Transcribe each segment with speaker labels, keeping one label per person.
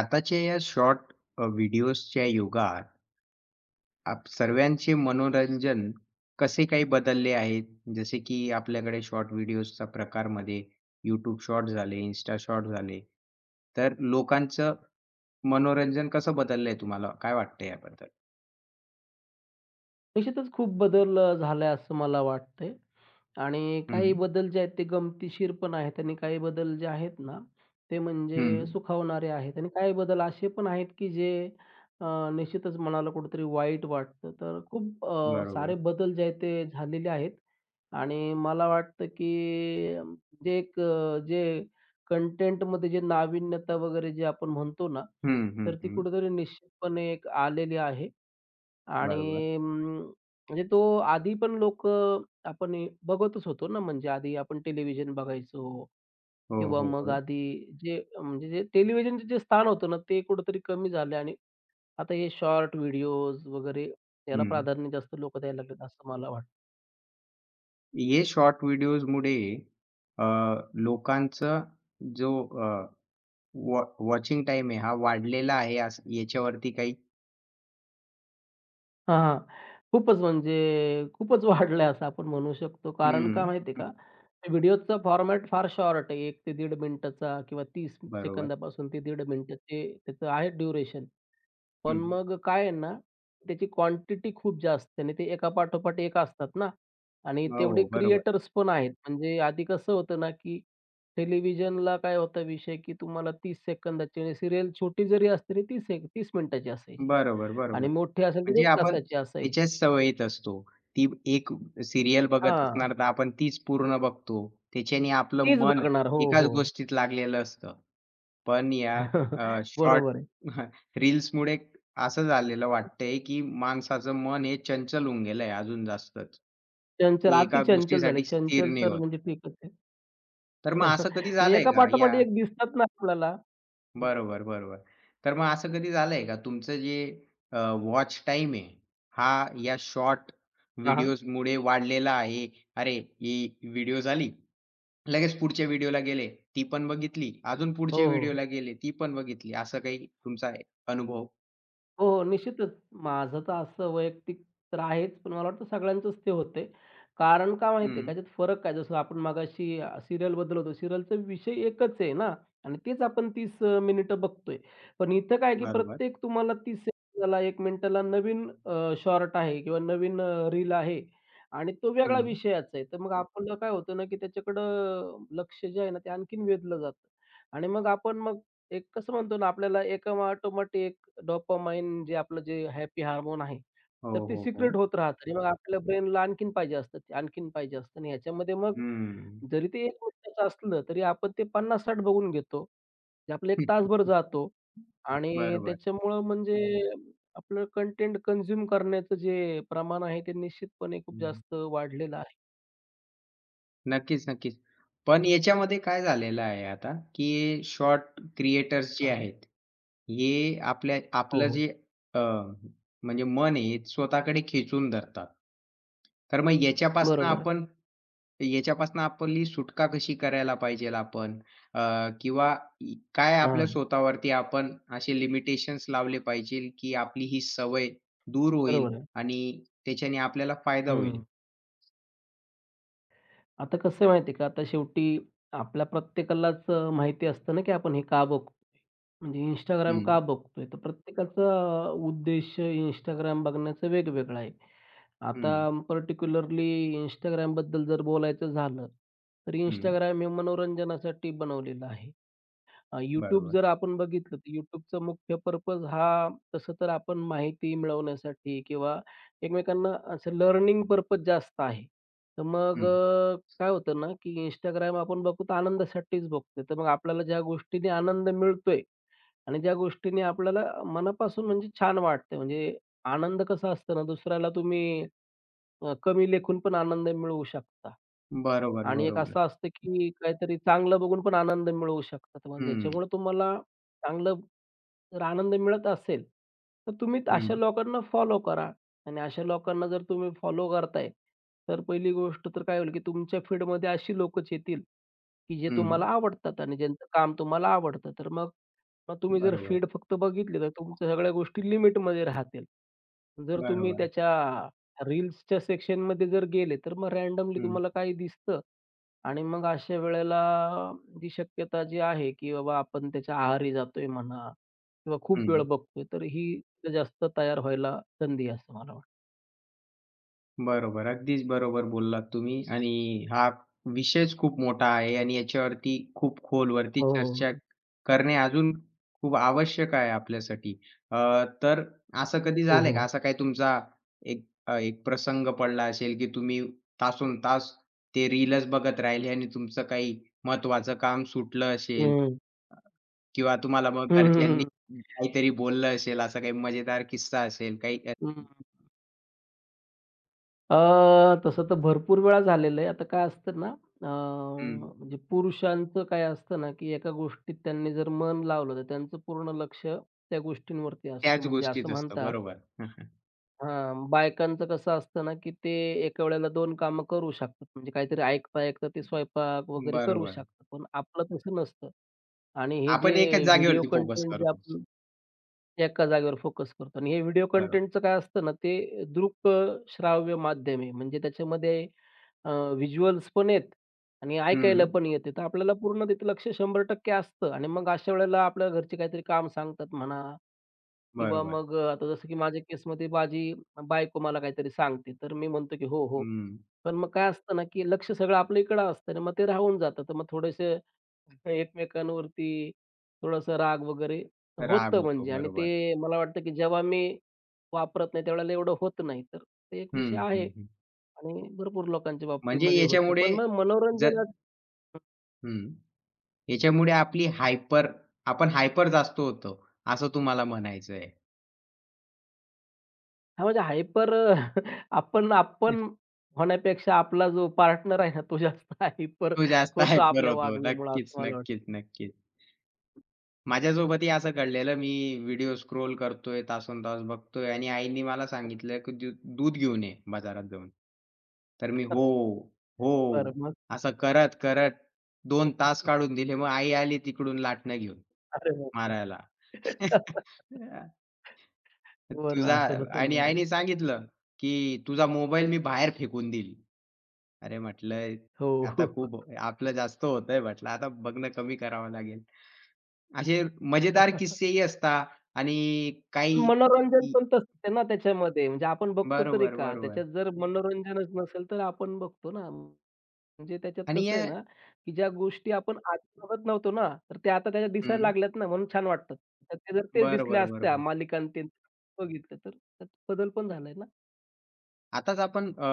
Speaker 1: आताच्या या शॉर्ट व्हिडिओजच्या युगात आप सर्वांचे मनोरंजन कसे काही बदलले आहेत? जसे की आपल्याकडे शॉर्ट व्हिडिओजच्या प्रकारमध्ये YouTube शॉर्ट झाले, Insta शॉर्ट झाले. तर लोकांचं मनोरंजन कसं बदललंय तुम्हाला काय वाटतं याबद्दल?
Speaker 2: निश्चितच खूप बदल झालाय असं मला वाटतंय आणि
Speaker 1: हं,
Speaker 2: काही बदल जे आहेत ते गमतीशीर पण आहेत आणि काही बदल जे आहेत ना, ते
Speaker 1: हं.
Speaker 2: म्हणजे सुखावणारे आहेत आणि काही बदल असे पण आहेत की जे अ, निश्चितच मनाला कुठेतरी वाईट वाटतं. तर खूप सारे
Speaker 1: बरोबर.
Speaker 2: बदल जे आहेत ते झालेले आहेत आणि मला वाटतं की अ, जे एक जे कंटेंटमध्ये जे नाविन्यता वगैरे जे आपण म्हणतो ना,
Speaker 1: हं, हं,
Speaker 2: तर ती
Speaker 1: हं.
Speaker 2: कुठेतरी निश्चितपणे एक आलेली आहे
Speaker 1: बरोबर.
Speaker 2: आणि म्हणजे तो आधी पण लोक आपण हे बघतच होतो ना, म्हणजे आधी आपण टेलिव्हिजन बघायचो
Speaker 1: हो,
Speaker 2: किंवा
Speaker 1: हो,
Speaker 2: मग
Speaker 1: हो.
Speaker 2: आधी जे म्हणजे जे टेलिव्हिजनचं जे स्थान होतं ना, ते कुठेतरी कमी झालं आणि आता हे शॉर्ट व्हिडिओज वगैरे याला
Speaker 1: हं.
Speaker 2: प्राधान्य जास्त लोकं द्यायला लागलेत असं मला वाटतं.
Speaker 1: हे शॉर्ट व्हिडिओजमुळे अ, लोकांचा जो वॉचिंग टाईम आहे हा वाढलेला आहे असं याच्यावरती काही
Speaker 2: हां, खूपच म्हणजे खूपच वाढलंय असं आपण म्हणू शकतो. कारण का
Speaker 1: हं,
Speaker 2: माहिती
Speaker 1: हं.
Speaker 2: का? व्हिडिओचा फॉर्मॅट फार शॉर्ट आहे. 1 ते दीड मिनिटाचा किंवा 30
Speaker 1: बरोबर.
Speaker 2: सेकंदापासून ते दीड मिनिटाचे त्याचं आहे ड्युरेशन. पण
Speaker 1: हं.
Speaker 2: मग काय आहे ना, त्याची क्वांटिटी खूप जास्त आहे आणि ते एकापाठोपाठ एक असतात ना आणि
Speaker 1: हो,
Speaker 2: तेवढे
Speaker 1: हो, बरोबर.
Speaker 2: क्रिएटर्स पण आहेत. म्हणजे आधी कसं होतं ना, की टेलिव्हिजनला काय होता विषय, की तुम्हाला 30 सेकंदाची आणि सीरियल छोटी जरी असली तरी तीस सेक 30 मिनिटाची असायची
Speaker 1: बरोबर,
Speaker 2: आणि
Speaker 1: बरोबर.
Speaker 2: मोठी असेल तर
Speaker 1: म्हणजे
Speaker 2: 1
Speaker 1: आपण
Speaker 2: तासाची असायची.
Speaker 1: तिच्याच सवयीत असतो. ती एक सीरियल बघत
Speaker 2: हां,
Speaker 1: असणार तर आपण तीच पूर्ण बघतो. त्याच्याने आपलं
Speaker 2: तीच
Speaker 1: मन
Speaker 2: बघणार. हो,
Speaker 1: एकाच
Speaker 2: हो.
Speaker 1: गोष्टीत लागलेलं असतं. पण या शॉर्ट
Speaker 2: बरोबर आहे.
Speaker 1: रील्समुळे असं झालेलं वाटतंय, की माणसाचं मन हे चंचल होऊन गेलंय अजून जास्तच.
Speaker 2: चंचल,
Speaker 1: ते
Speaker 2: अति
Speaker 1: एका
Speaker 2: चंचल झाले.
Speaker 1: गोष्टीसाठी स्थिर
Speaker 2: चंचल
Speaker 1: नाही
Speaker 2: तर
Speaker 1: होत.
Speaker 2: म्हणजे ठीकच आहे.
Speaker 1: तर मग असं कधी
Speaker 2: म्हणजे
Speaker 1: झालंय का?
Speaker 2: एकापाठोपाठ एक दिसतात ना आपल्याला. हं.
Speaker 1: बरोबर, बरोबर. तर मग असं कधी झालंय का तुमचं जे अ, वॉच टाईम आहे, हा या शॉर्ट
Speaker 2: हां, हां.
Speaker 1: व्हिडिओजमुळे वाढलेला आहे? अरे, ही व्हिडिओ झाली, लगेच पुढच्या व्हिडिओला गेले, ती पण बघितली, अजून
Speaker 2: हो,
Speaker 1: पुढच्या
Speaker 2: हो.
Speaker 1: व्हिडिओला गेले, ती पण बघितली. असं काही तुमचा आहे अनुभव?
Speaker 2: हो, निश्चितच. माझं तर असं वैयक्तिक तर आहेच, पण मला वाटतं सगळ्यांचंच ते होतंय. कारण का माहिती आहे का?
Speaker 1: हं,
Speaker 2: त्याच्यात फरक काय? जसं आपण मगाशी सीरियलबद्दल होतो. सीरियलचा विषय एकच आहे ना आणि तेच आपण 30 मिनिटं बघतोय. पण इथं काय की
Speaker 1: बरोबर.
Speaker 2: प्रत्येक तुम्हाला 30 सेकंदाला, 1 मिनिटाला नवीन शॉर्ट आहे किंवा नवीन रील आहे आणि तो वेगळा
Speaker 1: हं.
Speaker 2: विषयाचा आहे. तर मग आपलं काय होतं ना की त्याच्याकडं लक्ष जे आहे ना, ते आणखीन वेधलं जातं आणि मग आपण मग एक कसं म्हणतो ना, आपल्याला एका ऑटोमॅटिक डोपामाइन जे आपलं जे हॅपी हार्मोन आहे,
Speaker 1: हो,
Speaker 2: तर ते
Speaker 1: हो, हो.
Speaker 2: सिक्रेट होत राहतं आणि मग आपल्या ब्रेनला आणखीन पाहिजे असतं, ते आणखीन पाहिजे असतं आणि ह्याच्यामध्ये मग
Speaker 1: हं.
Speaker 2: जरी ते एक मिनिटाचं असलं, तरी आपण ते 50-60 बघून घेतो. जे आपलं 1 तासभर जातो आणि
Speaker 1: बरोबर.
Speaker 2: त्याच्यामुळं म्हणजे आपलं कंटेंट कंझ्युम करण्याचं जे प्रमाण आहे, ते निश्चितपणे खूप
Speaker 1: हं.
Speaker 2: जास्त वाढलेलं आहे.
Speaker 1: नक्कीच, नक्कीच. पण याच्यामध्ये काय झालेलं आहे आता, की शॉर्ट क्रिएटर्स जे
Speaker 2: हां.
Speaker 1: आहेत, हे
Speaker 2: हो,
Speaker 1: आपलं
Speaker 2: हो.
Speaker 1: जे अ, म्हणजे मन आहे, हे स्वतःकडे खेचून धरतात. तर मग
Speaker 2: बरोबर आहे.
Speaker 1: याच्यापासनं आपली सुटका कशी करायला पाहिजेल आपण अ, किंवा काय आपल्या
Speaker 2: हां.
Speaker 1: स्वतःवरती आपण असे लिमिटेशन्स लावले पाहिजेल, की आपली ही सवय दूर होईल
Speaker 2: बरोबर आहे.
Speaker 1: आणि त्याच्याने आपल्याला फायदा होईल?
Speaker 2: हं. आता कसं आहे माहिती आहे का, आता शेवटी आपल्या प्रत्येकालाच माहिती असतं ना, की आपण हे का बघतो? म्हणजे Instagram का
Speaker 1: हं,
Speaker 2: बघतोय? तर प्रत्येकाचा उद्देश Instagram बघण्याचा वेगवेगळा आहे. आता
Speaker 1: हं,
Speaker 2: पर्टिक्युलरली Instagramबद्दल जर बोलायचं झालं, तर
Speaker 1: हं.
Speaker 2: Instagram हे मनोरंजनासाठी बनवलेलं आहे. YouTube
Speaker 1: बरोबर.
Speaker 2: जर आपण बघितलं, तर YouTubeचा मुख्य पर्पज हा तसं तर आपण माहिती मिळवण्यासाठी किंवा एकमेकांना असं लर्निंग पर्पज जास्त आहे. तर मग
Speaker 1: हं.
Speaker 2: काय होतं ना, की Instagram आपण बघतो तर आनंदासाठीच बघतोय. तर मग आपल्याला ज्या गोष्टीने आनंद मिळतोय आणि ज्या गोष्टीने आपल्याला मनापासून म्हणजे छान वाटते. म्हणजे आनंद कसा असतो ना, दुसऱ्याला तुम्ही कमी लेखून पण आनंद मिळवू शकता
Speaker 1: बरोबर,
Speaker 2: आणि एक असं
Speaker 1: बरोबर.
Speaker 2: असतं, की काहीतरी चांगलं बघून पण आनंद मिळवू शकता. तर मग
Speaker 1: हं,
Speaker 2: ज्याच्यामुळे तुम्हाला चांगलं जर आनंद मिळत असेल, तर तुम्ही अशा
Speaker 1: हं,
Speaker 2: लोकांना फॉलो करा आणि अशा लोकांना जर तुम्ही फॉलो करताय, तर पहिली गोष्ट तर काय होईल, की तुमच्या फीडमध्ये अशी लोकच येतील की जे
Speaker 1: हं.
Speaker 2: तुम्हाला आवडतात आणि ज्यांचं काम तुम्हाला आवडतं. तर मग मग तुम्ही जर
Speaker 1: बरोबर,
Speaker 2: फीड फक्त बघितली, तर तुमच्या सगळ्या गोष्टी लिमिटमध्ये राहतील. जर तुम्ही
Speaker 1: बरोबर.
Speaker 2: त्याच्या रील्सच्या सेक्शनमध्ये जर गेले, तर मग रँडमली
Speaker 1: हं,
Speaker 2: तुम्हाला काही दिसतं आणि मग अशा वेळेला जी शक्यता जी आहे, की बाबा आपण त्याच्या आहारी जातोय म्हणा किंवा खूप
Speaker 1: हं.
Speaker 2: वेळ बघतोय, तर ही तिथं जास्त तयार व्हायला संधी आहे असं मला वाटतं.
Speaker 1: बरोबर. अगदीच बरोबर बोललात तुम्ही आणि हा विषयच खूप मोठा आहे आणि याच्यावरती खूप खोलवरती
Speaker 2: हो,
Speaker 1: चर्चा करणे अजून खूप आवश्यक आहे आपल्यासाठी. तर असं कधी
Speaker 2: हो,
Speaker 1: झालंय का?
Speaker 2: हो.
Speaker 1: असा काही तुमचा एक प्रसंग पडला असेल, की तुम्ही तासोन तास ते रीलच बघत राहिले आणि तुमचं काही महत्त्वाचं काम सुटलं असेल?
Speaker 2: हं.
Speaker 1: किंवा तुम्हाला मग
Speaker 2: हं, हं,
Speaker 1: घरच्यांनी
Speaker 2: हं.
Speaker 1: काहीतरी बोललं असेल, असा काही मजेदार किस्सा असेल, काही असेल
Speaker 2: हं. अ, तसं तर भरपूर वेळा झालेलं आहे. आता काय असतं ना, अ,
Speaker 1: हं,
Speaker 2: म्हणजे पुरुषांचं काय असतं ना, की एका गोष्टीत त्यांनी जर मन लावलं, तर त्यांचं पूर्ण लक्ष त्या गोष्टींवरती असतं.
Speaker 1: त्याच
Speaker 2: म्हणजे असं
Speaker 1: गोष्टीत असतं.
Speaker 2: म्हणतात
Speaker 1: बरोबर.
Speaker 2: हां, बायकांचं कसं असतं ना, की ते एका वेळेला 2 कामं करू शकतात. म्हणजे काहीतरी ऐकता-ऐकता ते स्वयंपाक वगैरे करू
Speaker 1: बरोबर.
Speaker 2: शकतात. पण आपलं तसं नसतं आणि हे
Speaker 1: आपण एकाच
Speaker 2: जे व्हिडिओ
Speaker 1: जागेवरती फोकस
Speaker 2: कंटेंट जे
Speaker 1: करतो.
Speaker 2: आपण एका जागेवर फोकस करतो आणि हे व्हिडिओ
Speaker 1: बरोबर.
Speaker 2: कंटेंटचं काय असतं ना, ते दृक श्राव्य माध्यम आहे. म्हणजे त्याच्यामध्ये अ, व्हिज्युअल्स पण आहेत आणि ऐकायला
Speaker 1: हं,
Speaker 2: पण येते. तर आपल्याला पूर्ण तिथे लक्ष 100% असतं आणि मग अशा वेळेला आपल्याला घरचे काहीतरी काम सांगतात म्हणा किंवा
Speaker 1: बरोबर.
Speaker 2: मग आता जसं की माझ्या केसमध्ये माझी बायको मला काहीतरी सांगते, तर मी म्हणतो की "हो, हो."
Speaker 1: हं.
Speaker 2: पण मग काय असतं ना, की लक्ष सगळं आपल्या इकडं असतं आणि मग ते राहून जातं. तर मग थोडेसे एकमेकांवरती थोडासा राग वगैरे
Speaker 1: राग
Speaker 2: होतं
Speaker 1: होतो.
Speaker 2: म्हणजे आणि
Speaker 1: बरोबर.
Speaker 2: ते मला वाटतं की जेव्हा मी वापरत नाही त्यावेळेला एवढं होत नाही. तर ते एक विषय
Speaker 1: हं,
Speaker 2: आहे
Speaker 1: हं, हं.
Speaker 2: आणि भरपूर लोकांच्या
Speaker 1: म्हणजे
Speaker 2: बाबतीमध्ये होतं.
Speaker 1: याच्यामुळे
Speaker 2: पण मग
Speaker 1: जर
Speaker 2: मनोरंजन
Speaker 1: हं, याच्यामुळे आपली आपण हायपर जास्त होतो, असं तुम्हाला म्हणायचंय. तो
Speaker 2: हां, म्हणजे हायपर आपण आपण होण्यापेक्षा आपला जो पार्टनर आहे ना, तो जास्त हायपर
Speaker 1: जास्त
Speaker 2: होतो
Speaker 1: हायपर
Speaker 2: आपल्या
Speaker 1: होतो.
Speaker 2: वागण्यामुळे
Speaker 1: नक्कीच,
Speaker 2: असं मला वाटतं.
Speaker 1: नक्कीच, नक्कीच. माझ्यासोबतही असं घडलेलं. मी व्हिडिओ स्क्रोल करतोय, तासंतास बघतोय आणि आईनी मला सांगितलं, की दूध घेऊन ये बाजारात जाऊन." तर मी "हो,
Speaker 2: बरं
Speaker 1: हो."
Speaker 2: मग?
Speaker 1: असं करत, करत दोन तास काढून दिले. मग आई आली तिकडून लाटणं घेऊन
Speaker 2: अरे बापरे!
Speaker 1: मारायला.
Speaker 2: हो ना,
Speaker 1: तुझा
Speaker 2: असं होतं ना
Speaker 1: आणि आईने
Speaker 2: बऱ्याच
Speaker 1: सांगितलं, की "तुझा मोबाईल मी बाहेर फेकून देईल." अरे म्हटलं,
Speaker 2: हो,
Speaker 1: "आता
Speaker 2: हो.
Speaker 1: खूप आपलं जास्त होतंय." म्हटलं, "आता बघणं कमी करावं लागेल." असे मजेदार किस्सेही असतात आणि
Speaker 2: पण
Speaker 1: काही
Speaker 2: मनोरंजन
Speaker 1: ई
Speaker 2: पण तसंच आहे ना त्याच्यामध्ये. म्हणजे आपण बघतो तरी
Speaker 1: बरोबर,
Speaker 2: का?
Speaker 1: बरोबर
Speaker 2: त्याच्यात जर मनोरंजनच नसेल, तर आपण बघतो ना, म्हणजे त्याच्यात
Speaker 1: आणि
Speaker 2: कसं आहे ना, की ज्या गोष्टी आपण आधी बघत नव्हतो ना, तर त्या आता त्याच्यात दिसायला
Speaker 1: हं.
Speaker 2: लागल्यात ना, म्हणून छान वाटतात. तर ते जर ते दिसल्या
Speaker 1: बरोबर,
Speaker 2: असत्या
Speaker 1: बरोबर.
Speaker 2: मालिका ते बघितलं, तर त्यात बदल पण झालाय ना.
Speaker 1: आताच आपण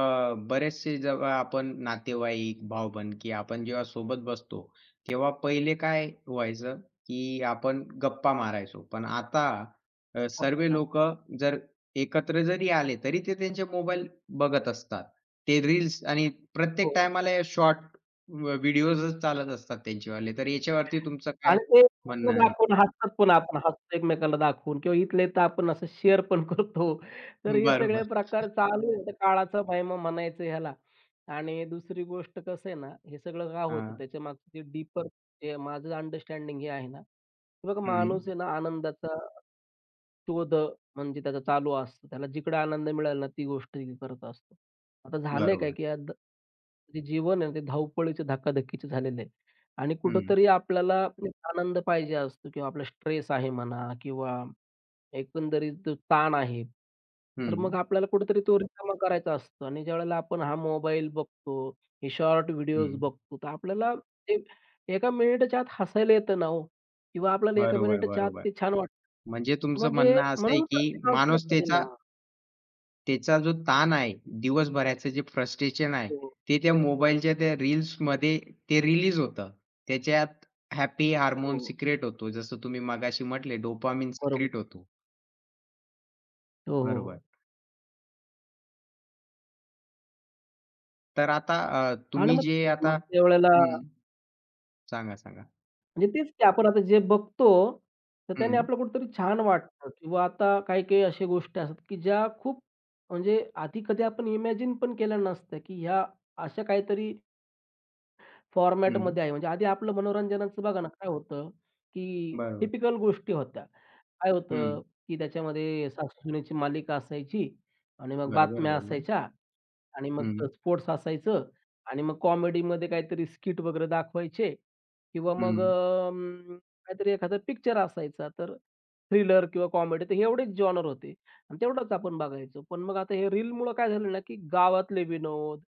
Speaker 1: बरेचसे जेव्हा आपण नातेवाईक, भावबंधकी आपण जेव्हा सोबत बसतो, तेव्हा पहिले काय व्हायचं, की आपण गप्पा मारायचो. पण आता सर्व लोकं जर एकत्र जरी आले, तरी ते त्यांचे मोबाईल बघत असतात. ते रील्स आणि प्रत्येक
Speaker 2: हो.
Speaker 1: टायमाला हे शॉर्ट व्हिडिओजच चालत असतात त्यांचेवाले. तर याच्यावरती तुमचं काय
Speaker 2: आणि ते
Speaker 1: म्हणणं
Speaker 2: एकमेकांना
Speaker 1: आहे?
Speaker 2: दाखवून हसतात पण आपण, हसतो एकमेकाला दाखवून किंवा इथल्या इथं आपण असं शेअर पण करतो. तर हे सगळे
Speaker 1: बरोबर.
Speaker 2: प्रकार चालू आहेत. काळाचा महिमा म्हणायचं ह्याला. आणि दुसरी गोष्ट कसं आहे ना, हे सगळं का होतं
Speaker 1: हां.
Speaker 2: त्याच्यामागचं जे डीपर जे माझं अंडरस्टँडिंग हे आहे ना, की बघा
Speaker 1: हं.
Speaker 2: माणूस आहे ना आनंदाचा शोध म्हणजे त्याचा चालू असतो. त्याला जिकडे आनंद मिळाला ना ती गोष्ट ती करत असतो. आता झालंय काय,
Speaker 1: बरोबर.
Speaker 2: की आज जे जीवन आहे ना, ते धावपळीचे, धकाधकीचे झालेलं आहे आणि
Speaker 1: हं.
Speaker 2: कुठेतरी आपल्याला एक आनंद पाहिजे असतो किंवा आपला स्ट्रेस आहे म्हणा किंवा एकंदरीत जो ताण आहे, तर मग
Speaker 1: हं.
Speaker 2: आपल्याला कुठेतरी तो रिकामा करायचा असतो आणि ज्यावेळेला आपण हा मोबाईल बघतो, हे शॉर्ट व्हिडिओज
Speaker 1: हं.
Speaker 2: बघतो, तर आपल्याला ते एका मिनिटाच्या आत हसायला येतं ना हो किंवा आपल्याला एका
Speaker 1: बरोबर,
Speaker 2: मिनिटाच्या आत
Speaker 1: बरोबर.
Speaker 2: ते छान
Speaker 1: म्हणजे
Speaker 2: वाटतं.
Speaker 1: तुमचं
Speaker 2: म्हणजे
Speaker 1: म्हणणं असं आहे,
Speaker 2: म्हणून
Speaker 1: की
Speaker 2: प्रत्येक माणसाला पाहिजे
Speaker 1: माणुसकीचा त्याचा
Speaker 2: ना.
Speaker 1: त्याचा जो ताण आहे, दिवसभराचं जे फ्रस्ट्रेशन आहे,
Speaker 2: हो,
Speaker 1: ते त्या मोबाईलच्या त्या रील्समध्ये ते रिलीज होतं. त्याच्यात हॅपी
Speaker 2: हो,
Speaker 1: हार्मोन सिक्रेट होतो. जसं तुम्ही मगाशी म्हटले डोपामाइन
Speaker 2: बरोबर.
Speaker 1: सिक्रेट होतो.
Speaker 2: हो, हो,
Speaker 1: बरोबर.
Speaker 2: हो.
Speaker 1: तर आता
Speaker 2: ना
Speaker 1: तुम्ही
Speaker 2: मग
Speaker 1: जे
Speaker 2: तेच.
Speaker 1: आता
Speaker 2: मग त्यावेळेला
Speaker 1: हं. सांगा, सांगा.
Speaker 2: म्हणजे तेच की आपण आता जे बघतो, तर त्याने
Speaker 1: हं,
Speaker 2: आपलं कुठेतरी छान वाटतं किंवा आता काही-काही अशा गोष्टी असतात, की ज्या खूप म्हणजे आधी कधी आपण इमॅजिन पण केल्या नसत्या, की ह्या अशा काहीतरी
Speaker 1: हं.
Speaker 2: फॉर्मॅटमध्ये आहे. म्हणजे आधी आपलं मनोरंजनाचं बघा ना, काय होतं, की
Speaker 1: बरोबर.
Speaker 2: टिपिकल गोष्टी होत्या. काय
Speaker 1: हं.
Speaker 2: होतं, की त्याच्यामध्ये सासू मालिका असायची आणि मग
Speaker 1: बरोबर,
Speaker 2: बातम्या
Speaker 1: बरोबर.
Speaker 2: असायच्या. आणि मग
Speaker 1: हं,
Speaker 2: स्पोर्ट्स असायचं आणि मग कॉमेडीमध्ये काहीतरी स्किट वगैरे दाखवायचे किंवा मग
Speaker 1: हं,
Speaker 2: काहीतरी एखादा पिक्चर असायचा. तर थ्रिलर किंवा कॉमेडी तर एवढेच जॉनर होते आणि तेवढंच आपण बघायचो. पण मग आता हे रीलमुळं काय झालं ना, की गावातले विनोद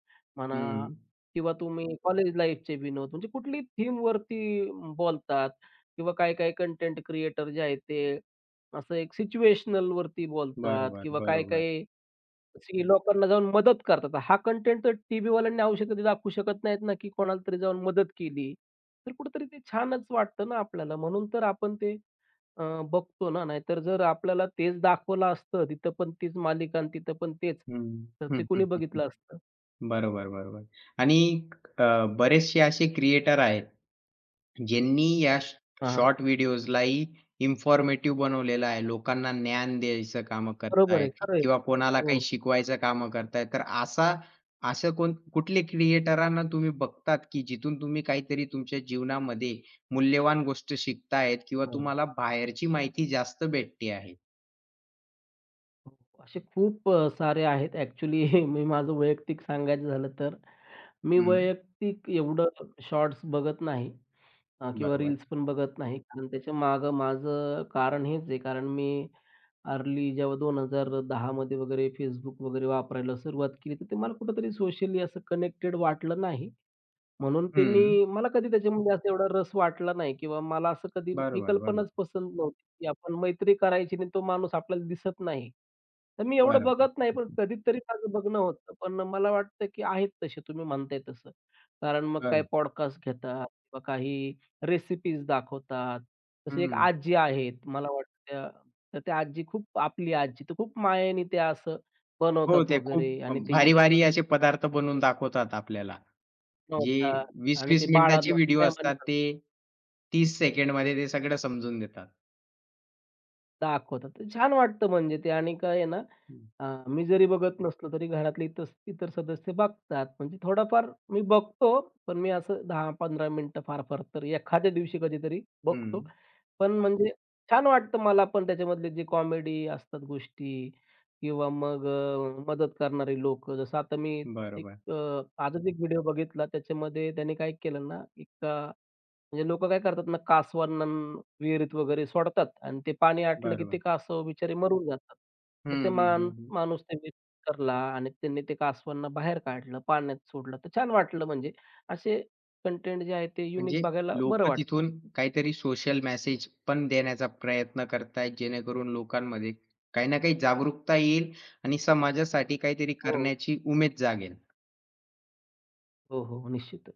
Speaker 1: हं.
Speaker 2: म्हणा किंवा तुम्ही कॉलेज लाईफचे विनोद म्हणजे कुठली थीमवरती बोलतात किंवा काही काही कंटेंट क्रिएटर जे आहेत ते असं एक सिच्युएशनलवरती बोलतात
Speaker 1: बरोबर,
Speaker 2: किंवा काही
Speaker 1: बरोबर.
Speaker 2: काही की लोकांना जाऊन मदत करतात. हा कंटेंट तर टीव्हीवाल्यांनी आवश्यकता दाखवू शकत नाहीत ना, की कोणाला तरी जाऊन मदत केली. तर कुठेतरी ते छानच वाटतं ना आपल्याला. म्हणून तर आपण ते अ, बघतो ना. नाहीतर जर आपल्याला तेच दाखवलं असतं, तिथं पण तीच मालिका आणि तिथं पण तेच,
Speaker 1: हं.
Speaker 2: तर ते कुणी बघितलं असतं?
Speaker 1: बरोबर, बरोबर. आणि बरेचसे असे क्रिएटर आहेत, ज्यांनी या
Speaker 2: हां, हां.
Speaker 1: शॉर्ट व्हिडिओजलाही इन्फॉर्मेटिव्ह बनवलेलं आहे. लोकांना ज्ञान द्यायचं कामं
Speaker 2: बरोबर आहे.
Speaker 1: करतायत
Speaker 2: खरं आहे.
Speaker 1: किंवा कोणाला
Speaker 2: हो,
Speaker 1: काही
Speaker 2: हो.
Speaker 1: शिकवायचं कामं करतायत. तर असं कुठले क्रिएटरांना तुम्ही बघतात, की जिथून तुम्ही काहीतरी तुमच्या जीवनामध्ये मूल्यवान गोष्ट शिकतायत किंवा तुम्हाला बाहेरची माहिती जास्त भेटते आहे?
Speaker 2: हो. असे खूप सारे आहेत ॲक्चुअली मी माझं वैयक्तिक सांगायचं झालं तर, मी
Speaker 1: हं,
Speaker 2: वैयक्तिक एवढं शॉर्ट्स बघत नाही. हां, किंवा
Speaker 1: बरोबर.
Speaker 2: रील्स पण बघत नाही. कारण त्याच्या मागं माझं कारण हेच आहे. कारण मी अर्ली जेव्हा 2010 मध्ये वगैरे Facebook वगैरे वापरायला सुरुवात केली, तर ते मला कुठेतरी सोशली असं कनेक्टेड वाटलं नाही. म्हणून ते
Speaker 1: हं,
Speaker 2: मी मला कधी त्याच्यामध्ये असा एवढा रस वाटला नाही किंवा मला असं कधी ही
Speaker 1: बरोबर, बरोबर,
Speaker 2: कल्पनाच पसंत नव्हती, की आपण मैत्री करायची आणि तो माणूस आपल्याला दिसत नाही. तर मी एवढं
Speaker 1: बरोबर.
Speaker 2: बघत नाही, पण कधीतरी माझं बघणं होतं. पण मला वाटतं, की आहेत तसे तुम्ही म्हणताय तसं. कारण मग काही
Speaker 1: बरोबर.
Speaker 2: पॉडकास्ट घेतात किंवा काही रेसिपीज दाखवतात. तसे एक
Speaker 1: हं.
Speaker 2: आजी आहेत मला वाटतं त्या तर त्या आजी खूप आपली आजी तर खूप मायेने त्या असं
Speaker 1: हो,
Speaker 2: बनवतात
Speaker 1: ते
Speaker 2: वगैरे
Speaker 1: खूप
Speaker 2: आणि ते YouTube
Speaker 1: भारी-भारी असे पदार्थ बनवून दाखवतात आपल्याला. जे
Speaker 2: आणि ते
Speaker 1: 20-20 मिनिटाचे
Speaker 2: बाळांना
Speaker 1: व्हिडिओ
Speaker 2: प्रेमाने
Speaker 1: असतात ते 30 सेकंडमध्ये ते सगळं समजून देतात.
Speaker 2: दाखवतात. तर छान वाटतं म्हणजे ते आणि काय आहे ना,
Speaker 1: हं,
Speaker 2: अ, मी जरी बघत नसलो तरी घरातले तस इतर सदस्य बघतात. म्हणजे थोडाफार मी बघतो, पण मी असं 10-15 मिनिटं फार-फार तर एखाद्या दिवशी कधीतरी
Speaker 1: हं.
Speaker 2: बघतो. पण म्हणजे छान वाटतं मला पण त्याच्यामधले जे कॉमेडी असतात गोष्टी किंवा मग मदत करणारे लोकं. जसं आता मी एक
Speaker 1: बरोबर,
Speaker 2: आजच एक व्हिडिओ बघितला त्याच्यामध्ये त्याने काय केलं ना, एक म्हणजे लोकं काय करतात ना, कासवांना विहिरीत वगैरे सोडतात आणि ते पाणी आटलं, की ते
Speaker 1: बरोबर.
Speaker 2: कासव बिचारे मरून जातात.
Speaker 1: हं,
Speaker 2: तर ते
Speaker 1: हं, हं, हं.
Speaker 2: माणूस त्यांनी करला आणि त्यांनी ते कासवांना बाहेर काढलं, पाण्यात सोडलं. तर छान वाटलं म्हणजे असे कंटेंट जे आहे ते युनिक
Speaker 1: म्हणजे
Speaker 2: बघायला बरं
Speaker 1: लोकं
Speaker 2: वाटतं.
Speaker 1: तिथून काहीतरी सोशल मेसेज पण देण्याचा प्रयत्न करतायत, जेणेकरून लोकांमध्ये काही ना काही जागरूकता येईल आणि समाजासाठी काहीतरी
Speaker 2: हो.
Speaker 1: करण्याची उमेद जागेल.
Speaker 2: हो, हो. निश्चितच.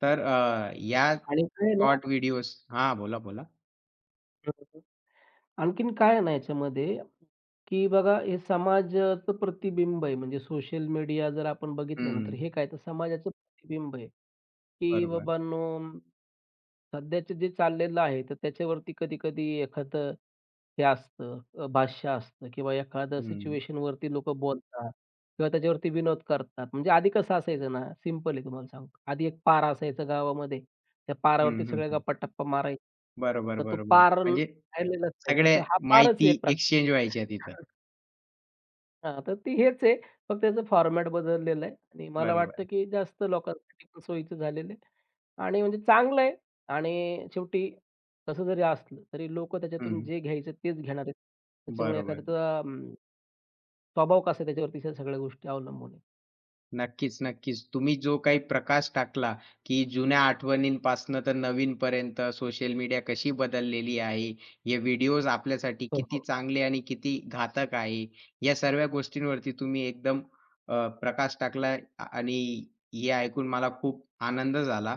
Speaker 1: तर या
Speaker 2: आणि काय आहे ना
Speaker 1: शॉर्ट व्हिडिओज हां, बोला, बोला.
Speaker 2: हं, आणखीन काय आहे ना याच्यामध्ये, की बघा हे समाजाचं प्रतिबिंब आहे. म्हणजे सोशल मीडिया जर आपण बघितलं ना, तर
Speaker 1: हं,
Speaker 2: हे काय तर समाजाचं प्रतिबिंब आहे. की
Speaker 1: बरोबर.
Speaker 2: बाबांनो, सध्याचं जे चाललेलं आहे, तर त्याच्यावरती कधी-कधी एखादं हे असतं भाष्य असतं किंवा एखादं
Speaker 1: हं.
Speaker 2: सिच्युएशन वरती लोकं बोलतात किंवा त्याच्यावरती विनोद करतात. म्हणजे आधी कसं असायचं ना, सिंपल आहे तुम्हाला सांगतो. आधी एक पारा असायचा गावामध्ये. त्या पारावरती
Speaker 1: हं, हं,
Speaker 2: सगळ्या
Speaker 1: हं.
Speaker 2: गप्पा-टप्पा मारायच्या.
Speaker 1: बरोबर,
Speaker 2: तर तो
Speaker 1: बरोबर.
Speaker 2: पार
Speaker 1: म्हणजे
Speaker 2: राहिलेलाच नाही. तर तो
Speaker 1: सगळ्या
Speaker 2: हा पारच आहे
Speaker 1: माहिती
Speaker 2: एक
Speaker 1: एक्सचेंज व्हायच्या तिथं.
Speaker 2: प्रकारचा. हां, तर ती हेच आहे. फक्त त्याचं फॉर्मॅट बदललेलं आहे आणि मला
Speaker 1: बरोबर.
Speaker 2: वाटतं, की जास्त लोकांसाठी पण सोयीचं झालेलं आहे आणि म्हणजे चांगलं आहे आणि शेवटी तसं जरी असलं, तरी लोकं त्याच्यातून
Speaker 1: हं,
Speaker 2: जे घ्यायचं तेच घेणार आहेत. त्याच्यामुळे
Speaker 1: बरोबर.
Speaker 2: एखाद्याचा स्वभाव कसा आहे त्याच्यावरती ह्या सगळ्या गोष्टी अवलंबून आहेत.
Speaker 1: नक्कीच, नक्कीच. तुम्ही जो काही प्रकाश टाकला, की जुन्या आठवणींपासनं तर नवीनपर्यंत सोशल मीडिया कशी बदललेली आहे. हे व्हिडिओज आपल्यासाठी
Speaker 2: हो,
Speaker 1: किती
Speaker 2: हो,
Speaker 1: चांगले आणि किती घातक आहे. या सर्व गोष्टींवरती तुम्ही एकदम प्रकाश टाकला आणि हे ऐकून मला खूप आनंद झाला.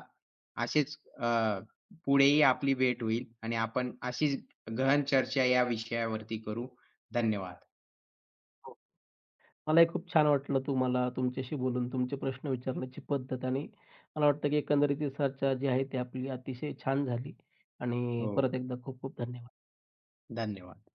Speaker 1: असेच पुढेही आपली भेट होईल आणि आपण अशीच गहन चर्चा या विषयावरती करू. धन्यवाद.
Speaker 2: हो. मलाही खूप छान वाटलं तुम्हाला तुमच्याशी बोलून, तुमचे प्रश्न विचारण्याची पद्धत आणि मला वाटतं, की एकंदरीत ही चर्चा जी आहे ती आपली अतिशय छान झाली आणि
Speaker 1: हो,
Speaker 2: परत एकदा खूप खूप धन्यवाद.
Speaker 1: धन्यवाद.